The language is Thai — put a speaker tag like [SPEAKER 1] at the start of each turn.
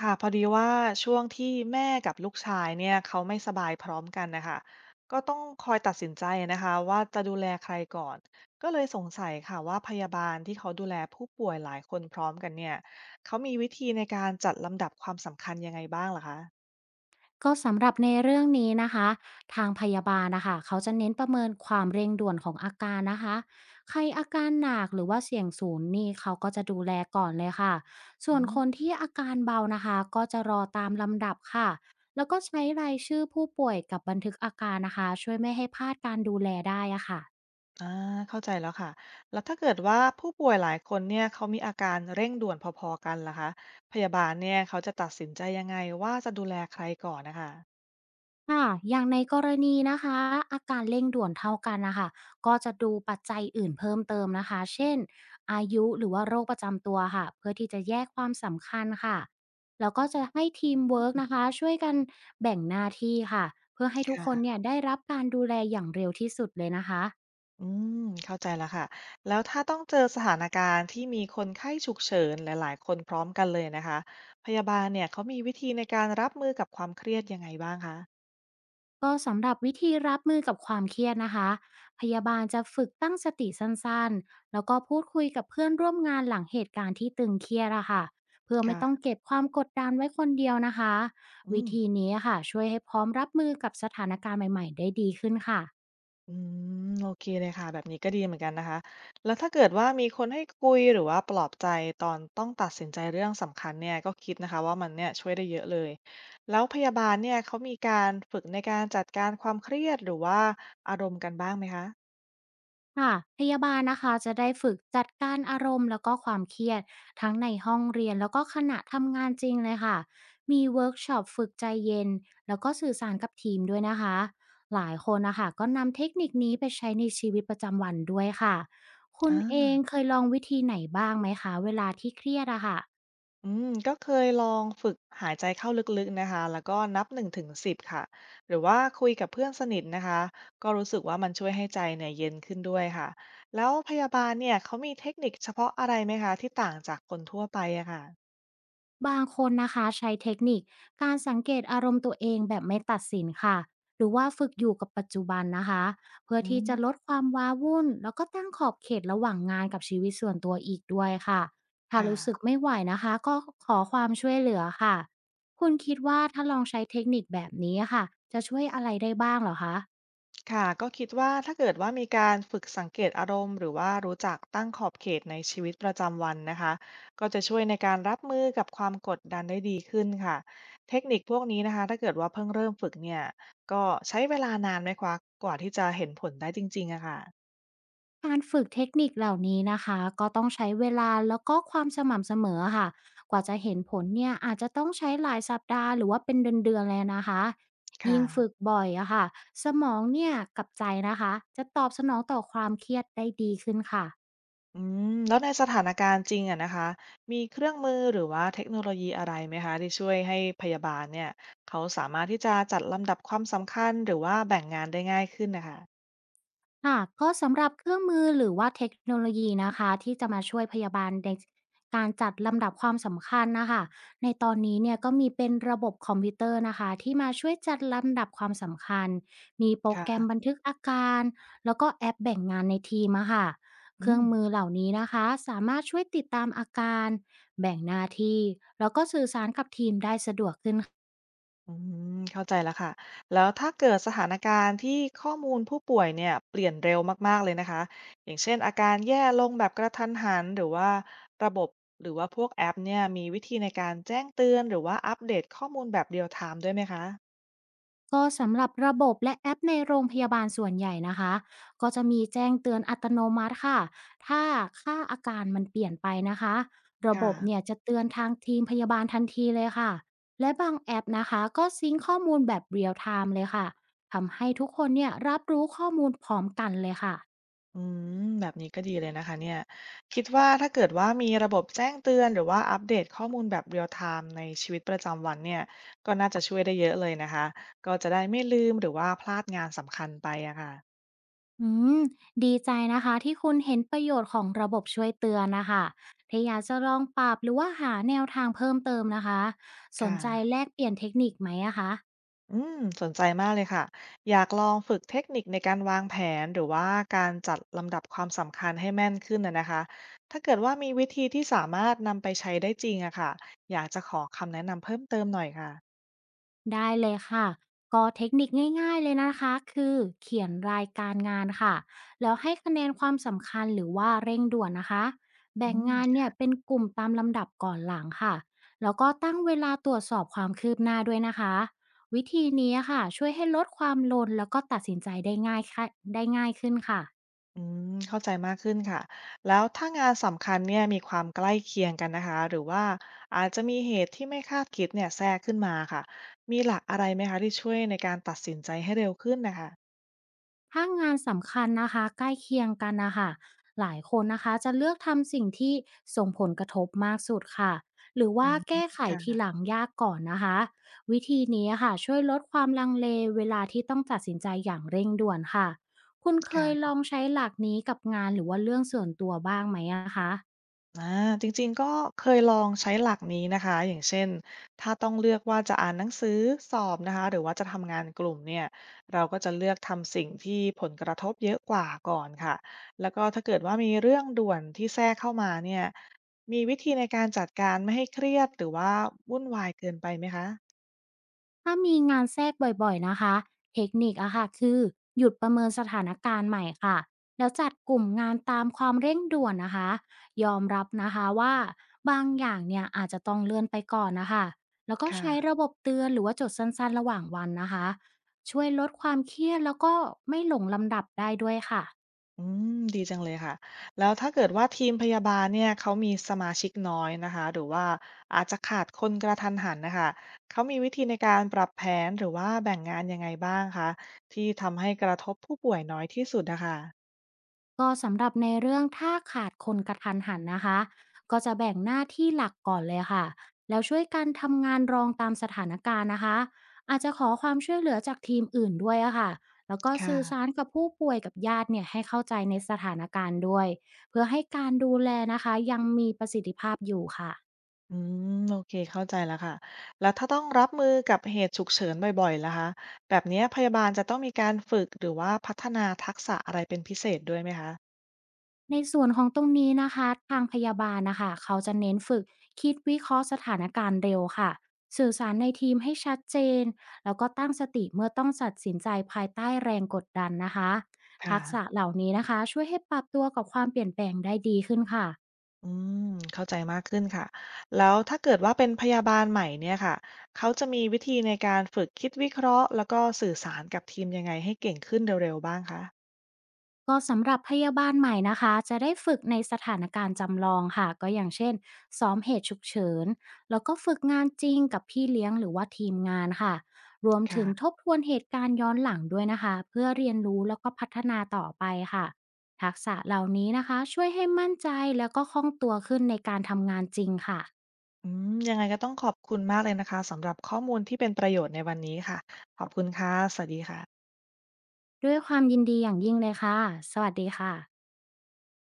[SPEAKER 1] ค่ะพอดีว่าช่วงที่แม่กับลูกชายเนี่ยเขาไม่สบายพร้อมกันนะคะก็ต้องคอยตัดสินใจนะคะว่าจะดูแลใครก่อนก็เลยสงสัยค่ะว่าพยาบาลที่เขาดูแลผู้ป่วยหลายคนพร้อมกันเนี่ยเขามีวิธีในการจัดลำดับความสำคัญยังไงบ้างล่ะคะ
[SPEAKER 2] ก็สำหรับในเรื่องนี้นะคะทางพยาบาลนะคะเขาจะเน้นประเมินความเร่งด่วนของอาการนะคะใครอาการหนักหรือว่าเสี่ยงสูงนี่เขาก็จะดูแลก่อนเลยค่ะส่ว
[SPEAKER 1] อื
[SPEAKER 2] นค
[SPEAKER 1] ม
[SPEAKER 2] นที่อาการเบานะคะก็จะรอตามลำดับค่ะแล้วก็ใช้รายชื่อผู้ป่วยกับบันทึกอาการนะคะช่วยไม่ให้พลาดการดูแลได้อะค่ะ
[SPEAKER 1] อ่าเข้าใจแล้วค่ะแล้วถ้าเกิดว่าผู้ป่วยหลายคนเนี่ยเขามีอาการเร่งด่วนพอๆกันล่ะคะพยาบาลเนี่ยเขาจะตัดสินใจยังไงว่าจะดูแลใครก่อนนะคะ
[SPEAKER 2] ค่ะอย่างในกรณีนะคะ อาการเร่งด่วนเท่ากันนะคะ ก็จะดูปัจจัยอื่นเพิ่มเติมนะคะ เช่นอายุหรือว่าโรคประจำตัวค่ะ เพื่อที่จะแยกความสำคัญค่ะ แล้วก็จะให้ทีมเวิร์กนะคะ ช่วยกันแบ่งหน้าที่ค่ะ เพื่อให้ทุกคนเนี่ยได้รับการดูแลอย่างเร็วที่สุดเลยนะคะ
[SPEAKER 1] อืมเข้าใจแล้วค่ะแล้วถ้าต้องเจอสถานการณ์ที่มีคนไข้ฉุกเฉินหลายๆคนพร้อมกันเลยนะคะพยาบาลเนี่ยเขามีวิธีในการรับมือกับความเครียดยังไงบ้างคะ
[SPEAKER 2] ก็สำหรับวิธีรับมือกับความเครียดนะคะพยาบาลจะฝึกตั้งสติสั้นๆแล้วก็พูดคุยกับเพื่อนร่วมงานหลังเหตุการณ์ที่ตึงเครียดอะค่ะเพื่อไม่
[SPEAKER 1] ค่ะ
[SPEAKER 2] ต้องเก็บความกดดันไว้คนเดียวนะคะ
[SPEAKER 1] อื
[SPEAKER 2] วิ
[SPEAKER 1] ม
[SPEAKER 2] ธีนี้อะค่ะช่วยให้พร้อมรับมือกับสถานการณ์ใหม่ๆได้ดีขึ้นค่ะ
[SPEAKER 1] อืมโอเคเลยค่ะแบบนี้ก็ดีเหมือนกันนะคะแล้วถ้าเกิดว่ามีคนให้คุยหรือว่าปลอบใจตอนต้องตัดสินใจเรื่องสำคัญเนี่ยก็คิดนะคะว่ามันเนี่ยช่วยได้เยอะเลยแล้วพยาบาลเนี่ยเขามีการฝึกในการจัดการความเครียดหรือว่าอารมณ์กันบ้างไหมคะ
[SPEAKER 2] ค่ะพยาบาลนะคะจะได้ฝึกจัดการอารมณ์แล้วก็ความเครียดทั้งในห้องเรียนแล้วก็ขณะทำงานจริงเลยค่ะมีเวิร์กช็อปฝึกใจเย็นแล้วก็สื่อสารกับทีมด้วยนะคะหลายคนนะคะก็นำเทคนิคนี้ไปใช้ในชีวิตประจำวันด้วยค่ะคุณเอ
[SPEAKER 1] อา
[SPEAKER 2] งเคยลองวิธีไหนบ้างไหมคะเวลาที่เครียดอะค่ะ
[SPEAKER 1] อืมก็เคยลองฝึกหายใจเข้าลึกๆนะคะแล้วก็นับหนึ่งถึงสิบค่ะหรือว่าคุยกับเพื่อนสนิทนะคะก็รู้สึกว่ามันช่วยให้ใจเนี่ยเย็นขึ้นด้วยค่ะแล้วพยาบาลเนี่ยเขามีเทคนิคเฉพาะอะไรไหมคะที่ต่างจากคนทั่วไปอะค่ะ
[SPEAKER 2] บางคนนะคะใช้เทคนิคการสังเกตอารมณ์ตัวเองแบบไม่ตัดสินค่ะหรือว่าฝึกอยู่กับปัจจุบันนะคะเพื่อ
[SPEAKER 1] อื
[SPEAKER 2] ที่จะ
[SPEAKER 1] ม
[SPEAKER 2] ลดความว้าวุ่นแล้วก็ตั้งขอบเขตระหว่างงานกับชีวิตส่วนตัวอีกด้วยค่ะถ้า
[SPEAKER 1] ค่ะ
[SPEAKER 2] รู้สึกไม่ไหวนะคะก็ขอความช่วยเหลือค่ะคุณคิดว่าถ้าลองใช้เทคนิคแบบนี้ค่ะจะช่วยอะไรได้บ้างเหรอคะ
[SPEAKER 1] ค่ะ ก็คิดว่าถ้าเกิดว่ามีการฝึกสังเกตอารมณ์หรือว่ารู้จักตั้งขอบเขตในชีวิตประจำวันนะคะ ก็จะช่วยในการรับมือกับความกดดันได้ดีขึ้นค่ะ เทคนิคพวกนี้นะคะถ้าเกิดว่าเพิ่งเริ่มฝึกเนี่ย ก็ใช้เวลานานไหมคะกว่าที่จะเห็นผลได้จริงๆอะค่ะ
[SPEAKER 2] การฝึกเทคนิคเหล่านี้นะคะก็ต้องใช้เวลาแล้วก็ความสม่ำเสมอค่ะกว่าจะเห็นผลเนี่ยอาจจะต้องใช้หลายสัปดาห์หรือว่าเป็นเดือนๆเลยนะคะ
[SPEAKER 1] ค่ะ
[SPEAKER 2] ยิ่งฝึกบ่อยอะค่ะสมองเนี่ยกับใจนะคะจะตอบสนองต่อความเครียดได้ดีขึ้นค่ะ
[SPEAKER 1] อืแล้วในสถานการณ์จริงอะนะคะมีเครื่องมือหรือว่าเทคโนโลยีอะไรไหมคะที่ช่วยให้พยาบาลเนี่ยเขาสามารถที่จะจัดลำดับความสำคัญหรือว่าแบ่งงานได้ง่ายขึ้นนะคะ
[SPEAKER 2] ค่ะก็สำหรับเครื่องมือหรือว่าเทคโนโลยีนะคะที่จะมาช่วยพยาบาลในการจัดลำดับความสำคัญนะคะในตอนนี้เนี่ยก็มีเป็นระบบคอมพิวเตอร์นะคะที่มาช่วยจัดลำดับความสำคัญมีโปรแกรมบันทึกอาการแล้วก็แอปแบ่งงานในทีมอะค่ะเค
[SPEAKER 1] อื
[SPEAKER 2] รื่อ
[SPEAKER 1] ม
[SPEAKER 2] งมือเหล่านี้นะคะสามารถช่วยติดตามอาการแบ่งหน้าที่แล้วก็สื่อสารกับทีมได้สะดวกขึ้น
[SPEAKER 1] อืมเข้าใจแล้วค่ะ แล้วถ้าเกิดสถานการณ์ที่ข้อมูลผู้ป่วยเนี่ยเปลี่ยนเร็วมากๆเลยนะคะ อย่างเช่นอาการแย่ลงแบบกระทันหัน หรือว่าระบบหรือว่าพวกแอปเนี่ยมีวิธีในการแจ้งเตือนหรือว่าอัปเดตข้อมูลแบบ real t i m มด้วยไหมคะ
[SPEAKER 2] ก็สำหรับระบบและแอปในโรงพยาบาลส่วนใหญ่นะคะก็จะมีแจ้งเตือนอัตโนมัติค่ะถ้าค่าอาการมันเปลี่ยนไปนะคะระบ
[SPEAKER 1] ค่ะ
[SPEAKER 2] บเนี่ยจะเตือนทางทีมพยาบาลทันทีเลยค่ะและบางแอปนะคะก็ซิงค์ข้อมูลแบบเรียลไทม์เลยค่ะทำให้ทุกคนเนี่ยรับรู้ข้อมูลพร้อมกันเลยค่ะ
[SPEAKER 1] อืแบบนี้ก็ดีเลยนะคะเนี่ยคิดว่าถ้าเกิดว่ามีระบบแจ้งเตือนหรือว่าอัปเดตข้อมูลแบบเรียลไทม์ในชีวิตประจำวันเนี่ยก็น่าจะช่วยได้เยอะเลยนะคะก็จะได้ไม่ลืมหรือว่าพลาดงานสำคัญไปอะค่ะ
[SPEAKER 2] อืมดีใจนะคะที่คุณเห็นประโยชน์ของระบบช่วยเตือนนะคะถ้าอยากจะลองปรับหรือว่าหาแนวทางเพิ่มเติมนะคะสน
[SPEAKER 1] ค่ะ
[SPEAKER 2] ใจแลกเปลี่ยนเทคนิคไหมอะคะ
[SPEAKER 1] อืมสนใจมากเลยค่ะอยากลองฝึกเทคนิคในการวางแผนหรือว่าการจัดลำดับความสำคัญให้แม่นขึ้นนะนะคะถ้าเกิดว่ามีวิธีที่สามารถนำไปใช้ได้จริงอะค่ะอยากจะขอคำแนะนำเพิ่มเติมหน่อยค่ะ
[SPEAKER 2] ได้เลยค่ะ ก็เทคนิคง่ายๆเลยนะคะคือเขียนรายการงานค่ะแล้วให้คะแนนความสำคัญหรือว่าเร่งด่วนนะคะแบ่
[SPEAKER 1] อื
[SPEAKER 2] ง
[SPEAKER 1] ม
[SPEAKER 2] งานเนี่ยเป็นกลุ่มตามลำดับก่อนหลังค่ะแล้วก็ตั้งเวลาตรวจสอบความคืบหน้าด้วยนะคะวิธีนี้ค่ะช่วยให้ลดความลนแล้วก็ตัดสินใจได้ง่ายค่ะได้ง่ายขึ้นค่ะ
[SPEAKER 1] อืมเข้าใจมากขึ้นค่ะแล้วถ้างานสำคัญเนี่ยมีความใกล้เคียงกันนะคะหรือว่าอาจจะมีเหตุที่ไม่คาดคิดเนี่ยแทรกขึ้นมาค่ะมีหลักอะไรไหมคะที่ช่วยในการตัดสินใจให้เร็วขึ้นนะคะ
[SPEAKER 2] ถ้างานสำคัญนะคะใกล้เคียงกันนะคะหลายคนนะคะจะเลือกทำสิ่งที่ส่งผลกระทบมากสุดค่ะหรือ
[SPEAKER 1] อื
[SPEAKER 2] ว่า
[SPEAKER 1] ม
[SPEAKER 2] แก้ไขที
[SPEAKER 1] ค่ะ
[SPEAKER 2] หลังยากก่อนนะคะวิธีนี้ค่ะช่วยลดความลังเลเวลาที่ต้องตัดสินใจอย่างเร่งด่วนค่ะคุณเคยล
[SPEAKER 1] ค่ะ
[SPEAKER 2] องใช้หลักนี้กับงานหรือว่าเรื่องส่วนตัวบ้างไหมอะคะ
[SPEAKER 1] อาจริงๆก็เคยลองใช้หลักนี้นะคะอย่างเช่นถ้าต้องเลือกว่าจะอ่านหนังสือสอบนะคะหรือว่าจะทำงานกลุ่มเนี่ยเราก็จะเลือกทำสิ่งที่ผลกระทบเยอะกว่าก่อนค่ะแล้วก็ถ้าเกิดว่ามีเรื่องด่วนที่แทรกเข้ามาเนี่ยมีวิธีในการจัดการไม่ให้เครียดหรือว่าวุ่นวายเกินไปไหมคะ
[SPEAKER 2] ถ้ามีงานแทรกบ่อยๆนะคะ เทคนิคอะค่ะคือหยุดประเมินสถานการณ์ใหม่ค่ะ แล้วจัดกลุ่มงานตามความเร่งด่วนนะคะ ยอมรับนะคะว่าบางอย่างเนี่ยอาจจะต้องเลื่อนไปก่อนนะคะ แล้วก็
[SPEAKER 1] ค่ะ
[SPEAKER 2] ใช้ระบบเตือนหรือว่าจดสั้นๆระหว่างวันนะคะ ช่วยลดความเครียดแล้วก็ไม่หลงลำดับได้ด้วยค่ะ
[SPEAKER 1] ดีจังเลยค่ะ แล้วถ้าเกิดว่าทีมพยาบาลเนี่ยเขามีสมาชิกน้อยนะคะหรือว่าอาจจะขาดคนกระทันหันนะคะเขามีวิธีในการปรับแผนหรือว่าแบ่งงานยังไงบ้างคะที่ทำให้กระทบผู้ป่วยน้อยที่สุดนะคะ
[SPEAKER 2] ก็สำหรับในเรื่องถ้าขาดคนกระทันหันนะคะก็จะแบ่งหน้าที่หลักก่อนเลยค่ะแล้วช่วยกันทำงานรองตามสถานการณ์นะคะอาจจะขอความช่วยเหลือจากทีมอื่นด้วยอะค่ะแล้วก็
[SPEAKER 1] ค่ะ
[SPEAKER 2] สื่อสารกับผู้ป่วยกับญาติเนี่ยให้เข้าใจในสถานการณ์ด้วยเพื่อให้การดูแลนะคะยังมีประสิทธิภาพอยู่ค่ะ
[SPEAKER 1] อืมโอเคเข้าใจแล้วค่ะ แล้วถ้าต้องรับมือกับเหตุฉุกเฉินบ่อยๆล่ะคะแบบเนี้ยพยาบาลจะต้องมีการฝึกหรือว่าพัฒนาทักษะอะไรเป็นพิเศษด้วยไหมคะ
[SPEAKER 2] ในส่วนของตรงนี้นะคะทางพยาบาลนะคะเขาจะเน้นฝึกคิดวิเคราะห์สถานการณ์เร็วค่ะสื่อสารในทีมให้ชัดเจนแล้วก็ตั้งสติเมื่อต้องตัดสินใจภายใต้แรงกดดันนะคะ
[SPEAKER 1] ค
[SPEAKER 2] ทักษะ
[SPEAKER 1] ่ะ
[SPEAKER 2] เหล่านี้นะคะช่วยให้ปรับตัวกับความเปลี่ยนแปลงได้ดีขึ้นค่ะ
[SPEAKER 1] อืมเข้าใจมากขึ้นค่ะแล้วถ้าเกิดว่าเป็นพยาบาลใหม่เนี่ยค่ะเขาจะมีวิธีในการฝึกคิดวิเคราะห์แล้วก็สื่อสารกับทีมยังไงให้เก่งขึ้นเร็วๆบ้างคะ
[SPEAKER 2] ก็สำหรับพยาบาลใหม่นะคะจะได้ฝึกในสถานการณ์จำลองค่ะก็อย่างเช่นซ้อมเหตุฉุกเฉินแล้วก็ฝึกงานจริงกับพี่เลี้ยงหรือว่าทีมงานค่ะรวมถึงทบ
[SPEAKER 1] ค่ะ
[SPEAKER 2] ทวนเหตุการณ์ย้อนหลังด้วยนะคะเพื่อเรียนรู้แล้วก็พัฒนาต่อไปค่ะทักษะเหล่านี้นะคะช่วยให้มั่นใจแล้วก็คล่องตัวขึ้นในการทำงานจริงค่ะ
[SPEAKER 1] ยังไงก็ต้องขอบคุณมากเลยนะคะสำหรับข้อมูลที่เป็นประโยชน์ในวันนี้ค่ะขอบคุณค่ะสวัสดีค่ะ
[SPEAKER 2] ด้วยความยินดีอย่างยิ่งเลยค่ะสวัสดีค่ะ